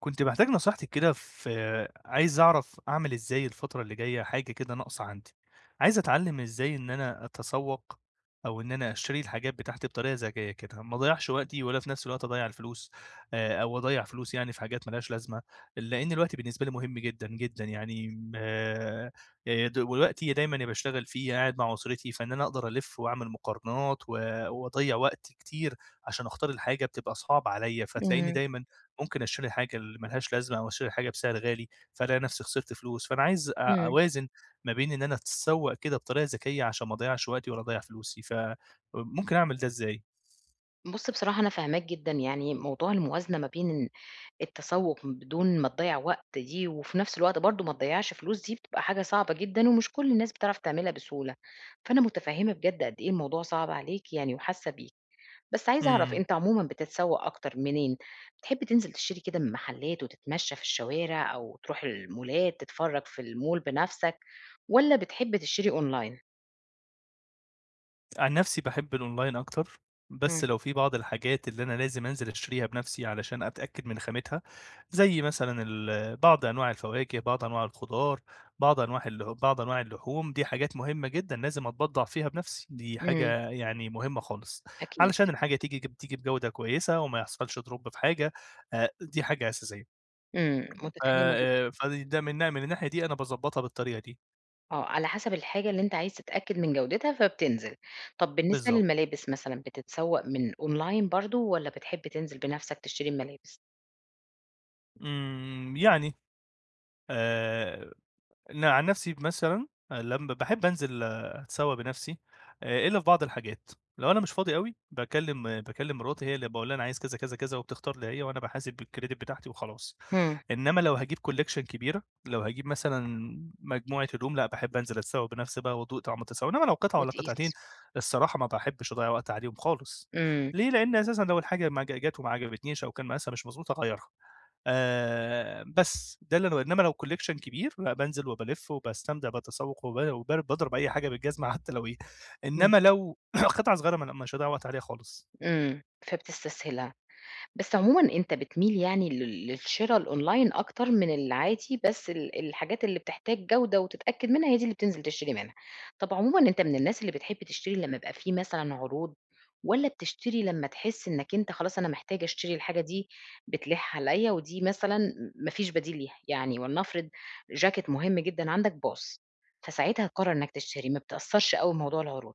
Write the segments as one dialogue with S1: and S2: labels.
S1: كنت محتاج نصيحتِك كده عايز أعرف أعمل إزاي الفترة اللي جاية حاجة كده ناقصة عندي، عايز أتعلّم إزاي إن أنا أتسوّق أو إن أنا أشتري الحاجات بتاعتي بطريقة ذكية كده، ما أضيّعش وقتي ولا في نفس الوقت أضيّع الفلوس، أو أضيّع فلوس يعني في حاجات ما لهاش لازمة، لإن الوقت بالنسبة لي مهم جدًا، جدًا يعني م ووقتي دايمًا يا باشتغل فيه يا قاعد مع أسرتي، فإن أنا أقدر ألِف وأعمل مقارنات و وأضيّع وقت كتير عشان أختار الحاجة بتبقى صعبة عليّا، فتلاقيني
S2: إمم،
S1: دايمًا ممكن أشتري حاجة اللي ما لهاش لازمة أو أشتري حاجة بسعر غالي، فألاقي نفسي خسرت فلوس، فأنا عايز
S2: إمم.
S1: أوازن ما بين إن أنا أتسوق كده بطريقة ذكية عشان ما أضيّعش وقتي ولا أضيّع فلوسي، فممكن أعمل ده إزاي؟
S2: بُص بصراحة أنا فاهماك جدًا، يعني موضوع الموازنة ما بين التسوق بدون ما تضيّع وقت دي، وفي نفس الوقت برضه ما تضيّعش فلوس دي بتبقى حاجة صعبة جدًا، ومش كل الناس بتعرف تعملها بسهولة، فأنا متفهمة بجد قد إيه الموضوع صعب عليك يعني وحاسة بيك، بس عايزة أعرف
S1: إمم.
S2: أنت عمومًا بتتسوق أكتر منين؟ بتحب تنزل تشتري كده من محلات وتتمشى في الشوارع، أو تروح المولات تتفرج في المول بنفسك، والّا بتحب تشتري أونلاين؟
S1: عن نفسي باحب الأونلاين أكتر،
S2: إمم،
S1: بس لو في بعض الحاجات اللي أنا لازم أنزل أشتريها بنفسي علشان أتأكد من خامتها، زي مثلًا بعض أنواع الفواكه، بعض أنواع الخضار، بعض أنواع بعض أنواع اللحوم، دي حاجات مهمة جدًا لازم أتبضّع فيها بنفسي، دي
S2: إمم،
S1: حاجة يعني مهمة خالص،
S2: أكيد،
S1: علشان الحاجة تيجي تيجي بجودة كويسة وما يحصلش drop في حاجة. دي حاجة أساسية.
S2: إمم، متفهمة جدًا.
S1: فده من من الناحية دي أنا باضبّطها بالطريقة دي،
S2: آه، على حسب الحاجة اللي أنت عايز تتأكد من جودتها فبتنزل. طب بالنسبة
S1: بالضبط.
S2: للملابس مثلًا بتتسوّق من أونلاين برضه والّا بتحب تنزل بنَفْسك تشتري الملابس؟
S1: إمم، يعني آآ أنا عن نفسي مثلًا لمّا باحب أنزل أتسوّق بنفسي، إلّا في بعض الحاجات، لو أنا مش فاضي أوي باكلّم مراتي هي اللي باقول لها أنا عايز كذا، كذا، كذا وبتختار لي هي وأنا باحاسب بالcredit بتاعتي وخلاص،
S2: إمم،
S1: إنّما لو هاجيب collection كبيرة، لو هاجيب مثلًا مجموعة هدوم لأ، باحب أنزل أتسوّق بنفسي بقى وأدوق طعم التسوّق، إنّما لو قطعة والّا قطعتين
S2: وتقيس.
S1: الصراحة ما باحبش أضيّع وقت عليهم خالص،
S2: إمم،
S1: ليه؟ لإن أساسًا لو الحاجة ما جات وما عجبتنيش أو كان مقاسها مش مضبوط هاغيّرها. بس، ده اللي أنا إنّما لو collection كبير لأ، بانزل وبالِف وباستمتع باتسوّق وب وبار باضرب أي حاجة بالجزمة حتى لو إيه،
S2: إمم،
S1: إنّما لو قطعة صغيرة ما أنا مش هاضيّع وقت عليها خالص.
S2: إمم، فبتستسهلها. بس عمومًا أنت بتميل يعني لل للشِرا الأونلاين أكتر من العادي، بس الحاجات اللي بتحتاج جودة وتتأكد منها هي دي اللي بتنزل تشتري منها. طَب عمومًا أنت من الناس اللي بتحب تشتري لمّا يبقى في مثلًا عروض، والّا بتشتري لمّا تحس إنّك أنت خلاص أنا محتاج أشتري الحاجة دي بتلِح عليّا ودي مثلًا ما فيش بديل ليها، يعني ولنفرض جاكيت مهم جدًا عندك باظ، فساعتها تقرّر إنّك تشتري، ما بتأثّرش أوي بموضوع العروض؟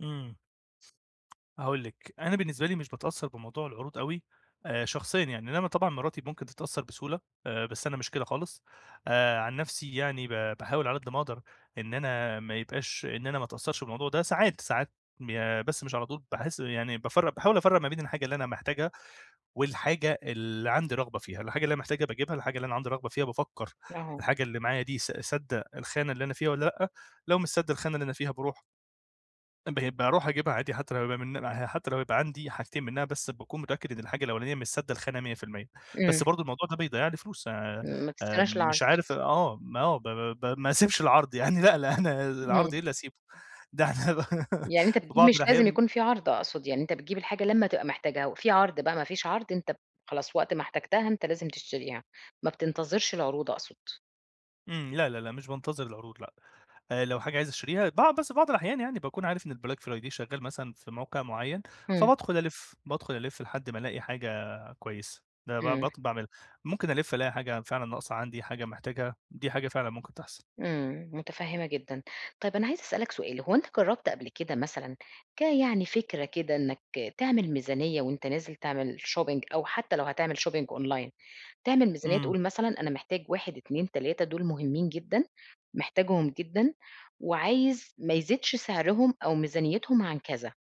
S1: إمم. هاقول لِك، أنا بالنسبة لي مش باتأثّر بموضوع العروض أوي شخصيًا يعني، إنّما طبعًا مراتي ممكن تتأثّر بسهولة، بس أنا مش كده خالص. عن نَفْسي يعني باحاول على قد ما أقدر إن أنا ما يبقاش إن أنا ما أتأثّرش بالموضوع ده، ساعات، ساعات بس مش على طول باحس يعني باحاول أفرّق ما بين الحاجة اللي أنا محتاجها والحاجة اللي عندي رغبة فيها، الحاجة اللي أنا محتاجها باجيبها، الحاجة اللي أنا عندي رغبة فيها بافكّر
S2: أها.
S1: الحاجة اللي معايا دي سادة الخانة اللي أنا فيها والّا لأ، لو مش سادة الخانة اللي أنا فيها باروح أجيبها عادي حتى لو يبقى عندي حاجتين منها بس باكون متأكد إن الحاجة الأولانية مش سادة الخانة 100%.
S2: إمم،
S1: بس برضه الموضوع ده بيضيّع لي فلوس،
S2: ما
S1: آآ،
S2: بتستناش العرض.
S1: مش عارف ما آه ب ب ب- ما اسيبش العرض يعني لأ، لأ أنا
S2: إمم.
S1: العرض إيه اللي هاسيبه، ده أنا
S2: يعني أنت
S1: في
S2: بتجيب
S1: بعض
S2: مش لازم
S1: الأحيان.
S2: يكون في عرض أقصد، يعني أنت بتجيب الحاجة لمّا تبقى محتاجها، وفي عرض بقى ما فيش عرض أنت خلاص وقت ما احتجتها أنت لازم تشتريها، ما بتنتظرش العروض أقصد.
S1: إمم، لا، لا، لا مش بانتظر العروض لأ. لو حاجة عايز أشتريها بس بعض الأحيان يعني باكون عارف إن الBlack Friday شغال مثلًا في موقع معين،
S2: إمم،
S1: فبادخل ألِف، بادخل ألِف لحد ما ألاقي حاجة كويسة، ده ب
S2: إمم.
S1: بط باعملها، ممكن ألِف ألاقي حاجة فعلًا ناقصة عندي، حاجة محتاجها، دي حاجة فعلًا ممكن تحصل.
S2: إمم، متفهمة جدًا. طيب أنا عايزة أسألك سؤال، هو أنت جرّبت قبل كده مثلًا يعني فكرة كده إنك تعمل ميزانية وأنت نازل تعمل shopping أو حتى لو هتعمل shopping online، تعمل ميزانية
S1: إمم.
S2: تقول مثلًا أنا محتاج 1، 2، 3 دول مهمين جدًا، محتاجهم جدًا وعايز ما يزيدش سعرهم أو ميزانيتهم عن كذا،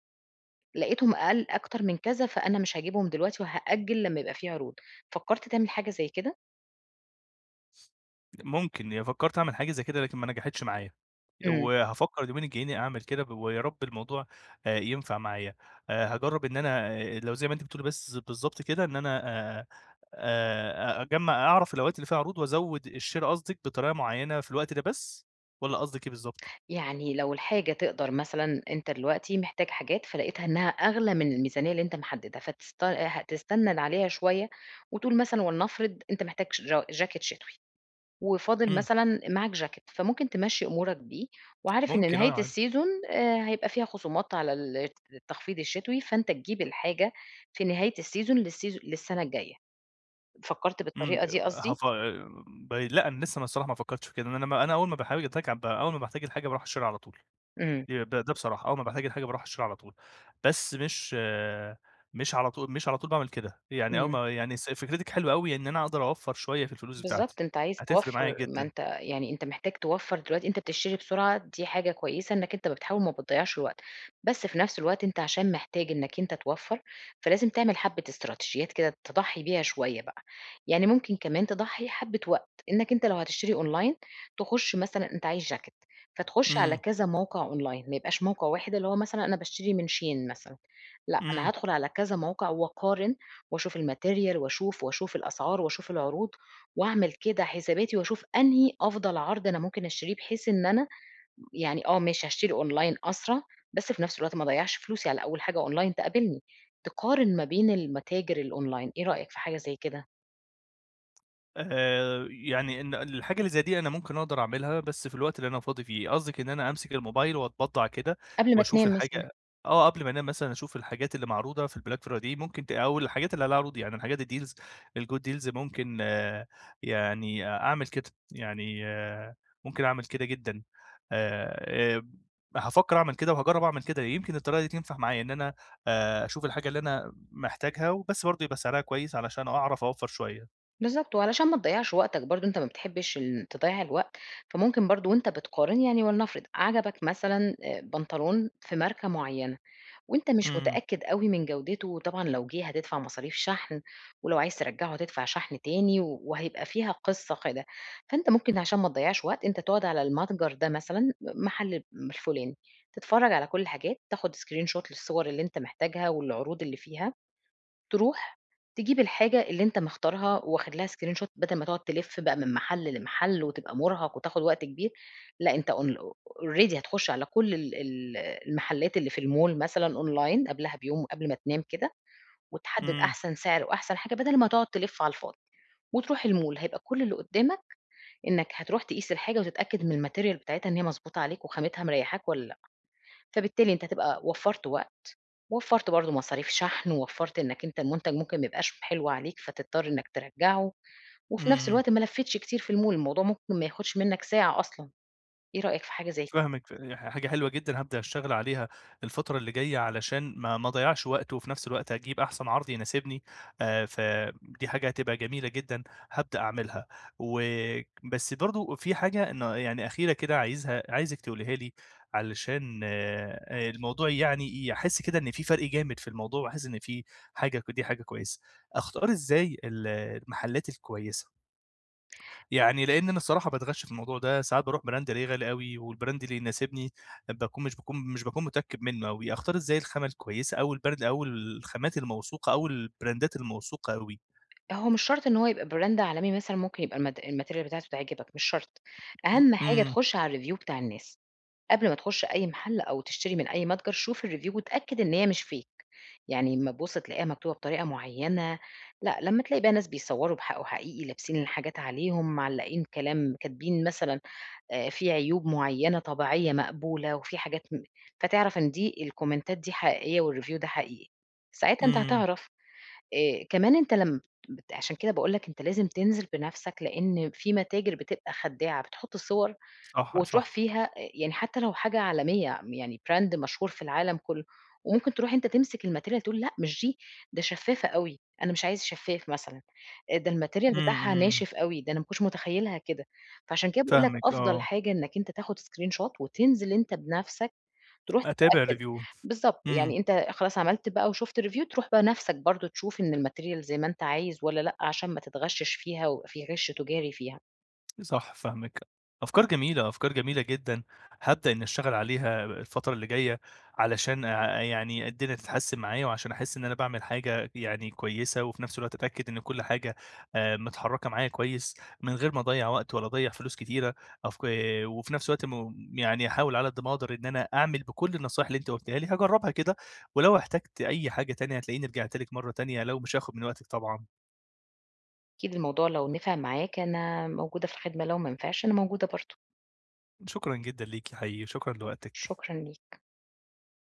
S2: لقيتهم أقل أكتر من كذا فأنا مش هاجيبهم دلوقتي وهأجّل لمّا يبقى في عروض، فكّرت تعمل حاجة زي كده؟
S1: ممكن، هي فكّرت أعمل حاجة زي كده لكن ما نجحتش معايا،
S2: إمم.
S1: وهافكّر اليومين الجايين أعمل كده ويا رب الموضوع ينفع معايا، هاجرّب إن أنا لو زي ما أنتِ بتقولي بس بالضبط كده إن أنا آآ أجمّع أعرف الأوقات اللي فيها عروض وأزوّد الشِرا قصدِك بطريقة معيّنة في الوقت ده بس، والّا قصدِك إيه بالضبط؟
S2: يعني لو الحاجة تقدر مثلًا أنت دلوقتي محتاج حاجات فلقيتها إنها أغلى من الميزانية اللي أنت محددها، هتستنّد عليها شوية وتقول مثلًا ولنفرض أنت محتاج ش جا جاكيت شتوي وفاضل
S1: إمم،
S2: مثلًا معاك جاكيت، فممكن تمشّي أمورك بيه وعارف إن
S1: ممكن
S2: نهاية
S1: آه عادي،
S2: الseason هيبقى فيها خصومات على التخفيض الشتوي، فأنت تجيب الحاجة في نهاية للseason للسنة الجاية. فكّرت
S1: إمم،
S2: بالطريقة دي قصدي؟
S1: هاف ب لأ أنا لسه ما الصراحة ما فكّرتش في كده، إن أنا أول ما باحتاج الحاجة باروح أشتريها على طول.
S2: إمم،
S1: ده بصراحة، أول ما باحتاج الحاجة باروح أشتريها على طول، بس مش على طول باعمل كده، يعني أول
S2: إمم.
S1: ما يعني س فكرتِك حلوة أوي إن أنا أقدر أوفّر شوية في الفلوس بتاعتي،
S2: بالضبط، أنت عايز
S1: هتفرق معايا
S2: توفّر ما
S1: جدًا.
S2: أنت يعني أنت محتاج توفّر دلوقتي، أنت بتشتري بسرعة دي حاجة كويسة إنّك أنت بتحاول ما بتضيّعش الوقت، بس في نفس الوقت أنت عشان محتاج إنّك أنت توفّر، فلازم تعمل حبّة استراتيجيات كده تضحّي بيها شوية بقى، يعني ممكن كمان تضحّي حبّة وقت، إنّك أنت لو هتشتري أونلاين تخُش مثلًا أنت عايز جاكيت، فتخُش على
S1: إمم،
S2: كذا موقع أونلاين، ما يبقاش موقع واحد اللي هو مثلًا أنا باشتري من shein مثلًا، لأ أنا
S1: إمم.
S2: هادخل على كذا موقع وأقارن وأشوف الmaterial وأشوف الأسعار وأشوف العروض وأعمل كده حساباتي وأشوف أنهي أفضل عرض أنا ممكن أشتريه، بحيث إن أنا يعني آه ماشي هاشتري أونلاين أسرع، بس في نفس الوقت ما أضيّعش فلوسي على أول حاجة أونلاين تقابلني، تقارن ما بين المتاجر الأونلاين، إيه رأيك في حاجة زي كده؟
S1: يعني إن الحاجة اللي زي دي أنا ممكن أقدر أعملها بس في الوقت اللي أنا فاضي فيه، قصدِك إن أنا أمسك الموبايل وأتبضّع كده
S2: قبل ما
S1: وأشوف
S2: تنام مثلًا،
S1: الحاجة، قبل ما أنام مثلًا أشوف الحاجات اللي معروضة في الBlack Friday ممكن ت أو الحاجات اللي عليها عروض يعني الحاجات الgood deals ممكن يعني أعمل كده، يعني ممكن أعمل كده جدًا. آآ، آآ، هافكّر أعمل كده وهاجرّب أعمل كده، يمكن الطريقة دي تنفع معايا إن أنا، أشوف الحاجة اللي أنا محتاجها وبس برضه يبقى سعرها كويس علشان أعرف أوفّر شوية.
S2: بالضبط، وعلشان ما تضيّعش وقتك برضه أنت ما بتحبش تضيّع الوقت، فممكن برضه وأنت بتقارن يعني ولنفرض عجبك مثلًا بنطلون في ماركة معيّنة. وأنت مش
S1: إمم.
S2: متأكد أوي من جودته، وطبعًا لو جه هتدفع مصاريف شحن، ولو عايز ترجّعه هتدفع شحن تاني، وهيبقى فيها قصة كده. فأنت ممكن عشان ما تضيّعش وقت، أنت تقعد على المتجر ده مثلًا، محل الفلاني، تتفرّج على كل الحاجات، تاخد screenshot للصور اللي أنت محتاجها والعروض اللي فيها، تروح تجيب الحاجة اللي أنت مختارها واخد لها screenshot بدل ما تقعد تلِف بقى من محل لمحل وتبقى مرهق وتاخد وقت كبير، لأ أنت already هتخش على كل ال المحلات اللي في الmall مثلًا online قبلها بيوم قبل ما تنام كده، وتحدد
S1: إمم،
S2: أحسن سعر وأحسن حاجة بدل ما تقعد تلِف على الفاضي، وتروح الmall هيبقى كل اللي قدامك إنك هتروح تقيس الحاجة وتتأكد من الmaterial بتاعتها إن هي مضبوطة عليك وخامتها مريحاك والّا لأ، فبالتالي أنت هتبقى وفّرت وقت وفّرت برضه مصاريف شحن، ووفّرت إنّك أنت المنتج ممكن ما يبقاش حلو عليك فتضطر إنّك ترجّعه، وفي نفس
S1: إمم،
S2: الوقت ما لفّيتش كتير في المول، الموضوع ممكن ما ياخدش منّك ساعة أصلًا، إيه رأيك في حاجة زي كده؟
S1: فاهمِك، يعني حاجة حلوة جدًا هابدأ أشتغل عليها الفترة اللي جاية علشان ما أضيّعش وقت، وفي نفس الوقت أجيب أحسن عرض يناسبني، فدي حاجة هتبقى جميلة جدًا هابدأ أعملها، و بس برضه في حاجة إن يعني أخيرة كده عايزِك تقوليها لي علشان، الموضوع يعني أحس كده إن في فرق جامد في الموضوع، وأحس إن في حاجة دي حاجة كويسة، أختار إزاي المحلات الكويسة؟ يعني لإن أنا الصراحة باتغش في الموضوع ده، ساعات باروح براند ألاقيه غالي أوي، والبراند اللي يناسبني باكون مش متأكد منه أوي، أختار إزاي الخامة الكويسة أو البرد أو الخامات الموثوقة أو البراندات الموثوقة أوي؟
S2: هو مش شرط إن هو يبقى براند عالمي مثلًا ممكن يبقى الmaterial بتاعته تعجبك مش شرط، أهم حاجة
S1: إمم،
S2: تخُش على الreview بتاع الناس، قبل ما تخُش أي محل أو تشتري من أي متجر شوف الreview واتأكد إن هي مش fake، يعني أمّا تبُص تلاقيها مكتوبة بطريقة معيّنة، لأ، لمّا تلاقي بقى ناس بيصوّروا بحق وحقيقي لابسين الحاجات عليهم، معلّقين كلام كاتبين مثلًا في عيوب معيّنة طبيعية مقبولة، وفي حاجات م فتعرف إن دي الكومنتات دي حقيقية والreview ده حقيقي، ساعتها أنت
S1: إمم،
S2: هتعرف. كمان أنت لم بت عشان كده باقول لك أنت لازم تنزل بنَفْسك، لإن في متاجر بتبقى خدّاعة، بتحُط صور
S1: صح،
S2: وتروح
S1: صح،
S2: فيها يعني حتى لو حاجة عالمية، يعني brand مشهور في العالم كلّه، وممكن تروح أنت تمسك الmaterial تقول لأ مش دي، ده شفّافة أوي، أنا مش عايز شفّاف مثلًا، ده الmaterial
S1: إمم،
S2: بتاعها
S1: إمم،
S2: ناشف أوي، ده أنا ما كنتش متخيّلها كده، فعشان كده باقول لك
S1: فاهمِك
S2: أفضل
S1: آه،
S2: حاجة إنّك أنت تاخد screen shot وتنزل أنت بنَفْسك تروح
S1: أتابع
S2: تتأكد،
S1: review،
S2: بالضبط،
S1: إمم.
S2: يعني أنت خلاص عملت بقى وشُفت review تروح بقى نَفْسك برضه تشوف إن الmaterial زي ما أنت عايز والّا لأ، عشان ما تتغشِّش فيها ويبقى في غِش تجاري فيها.
S1: صح فاهمِك. أفكار جميلة، أفكار جميلة جدًا، هابدأ إنّي أشتغل عليها الفترة اللي جاية علشان يعني الدنيا تتحسّن معايا وعشان أحس إن أنا باعمل حاجة يعني كويسة وفي نفس الوقت أتأكد إن كل حاجة متحرّكة معايا كويس من غير ما أضيّع وقت ولا أضيّع فلوس كتيرة، أفك آه، وفي نفس الوقت يعني أحاول على قد ما أقدر إن أنا أعمل بكل النصايح اللي أنتِ قُلتيها لي، هاجرّبها كده ولو احتجت أي حاجة تانية هتلاقيني رجعت لِك مرّة تانية لو مش هاخُد من وقتِك طبعًا.
S2: أكيد الموضوع لو نفع معاك أنا موجودة في الخدمة، لو ما نفعش أنا موجودة برضه،
S1: شكرًا جدًا ليكِ حقيقي، شكرًا لوقتِك.
S2: شكرًا ليك.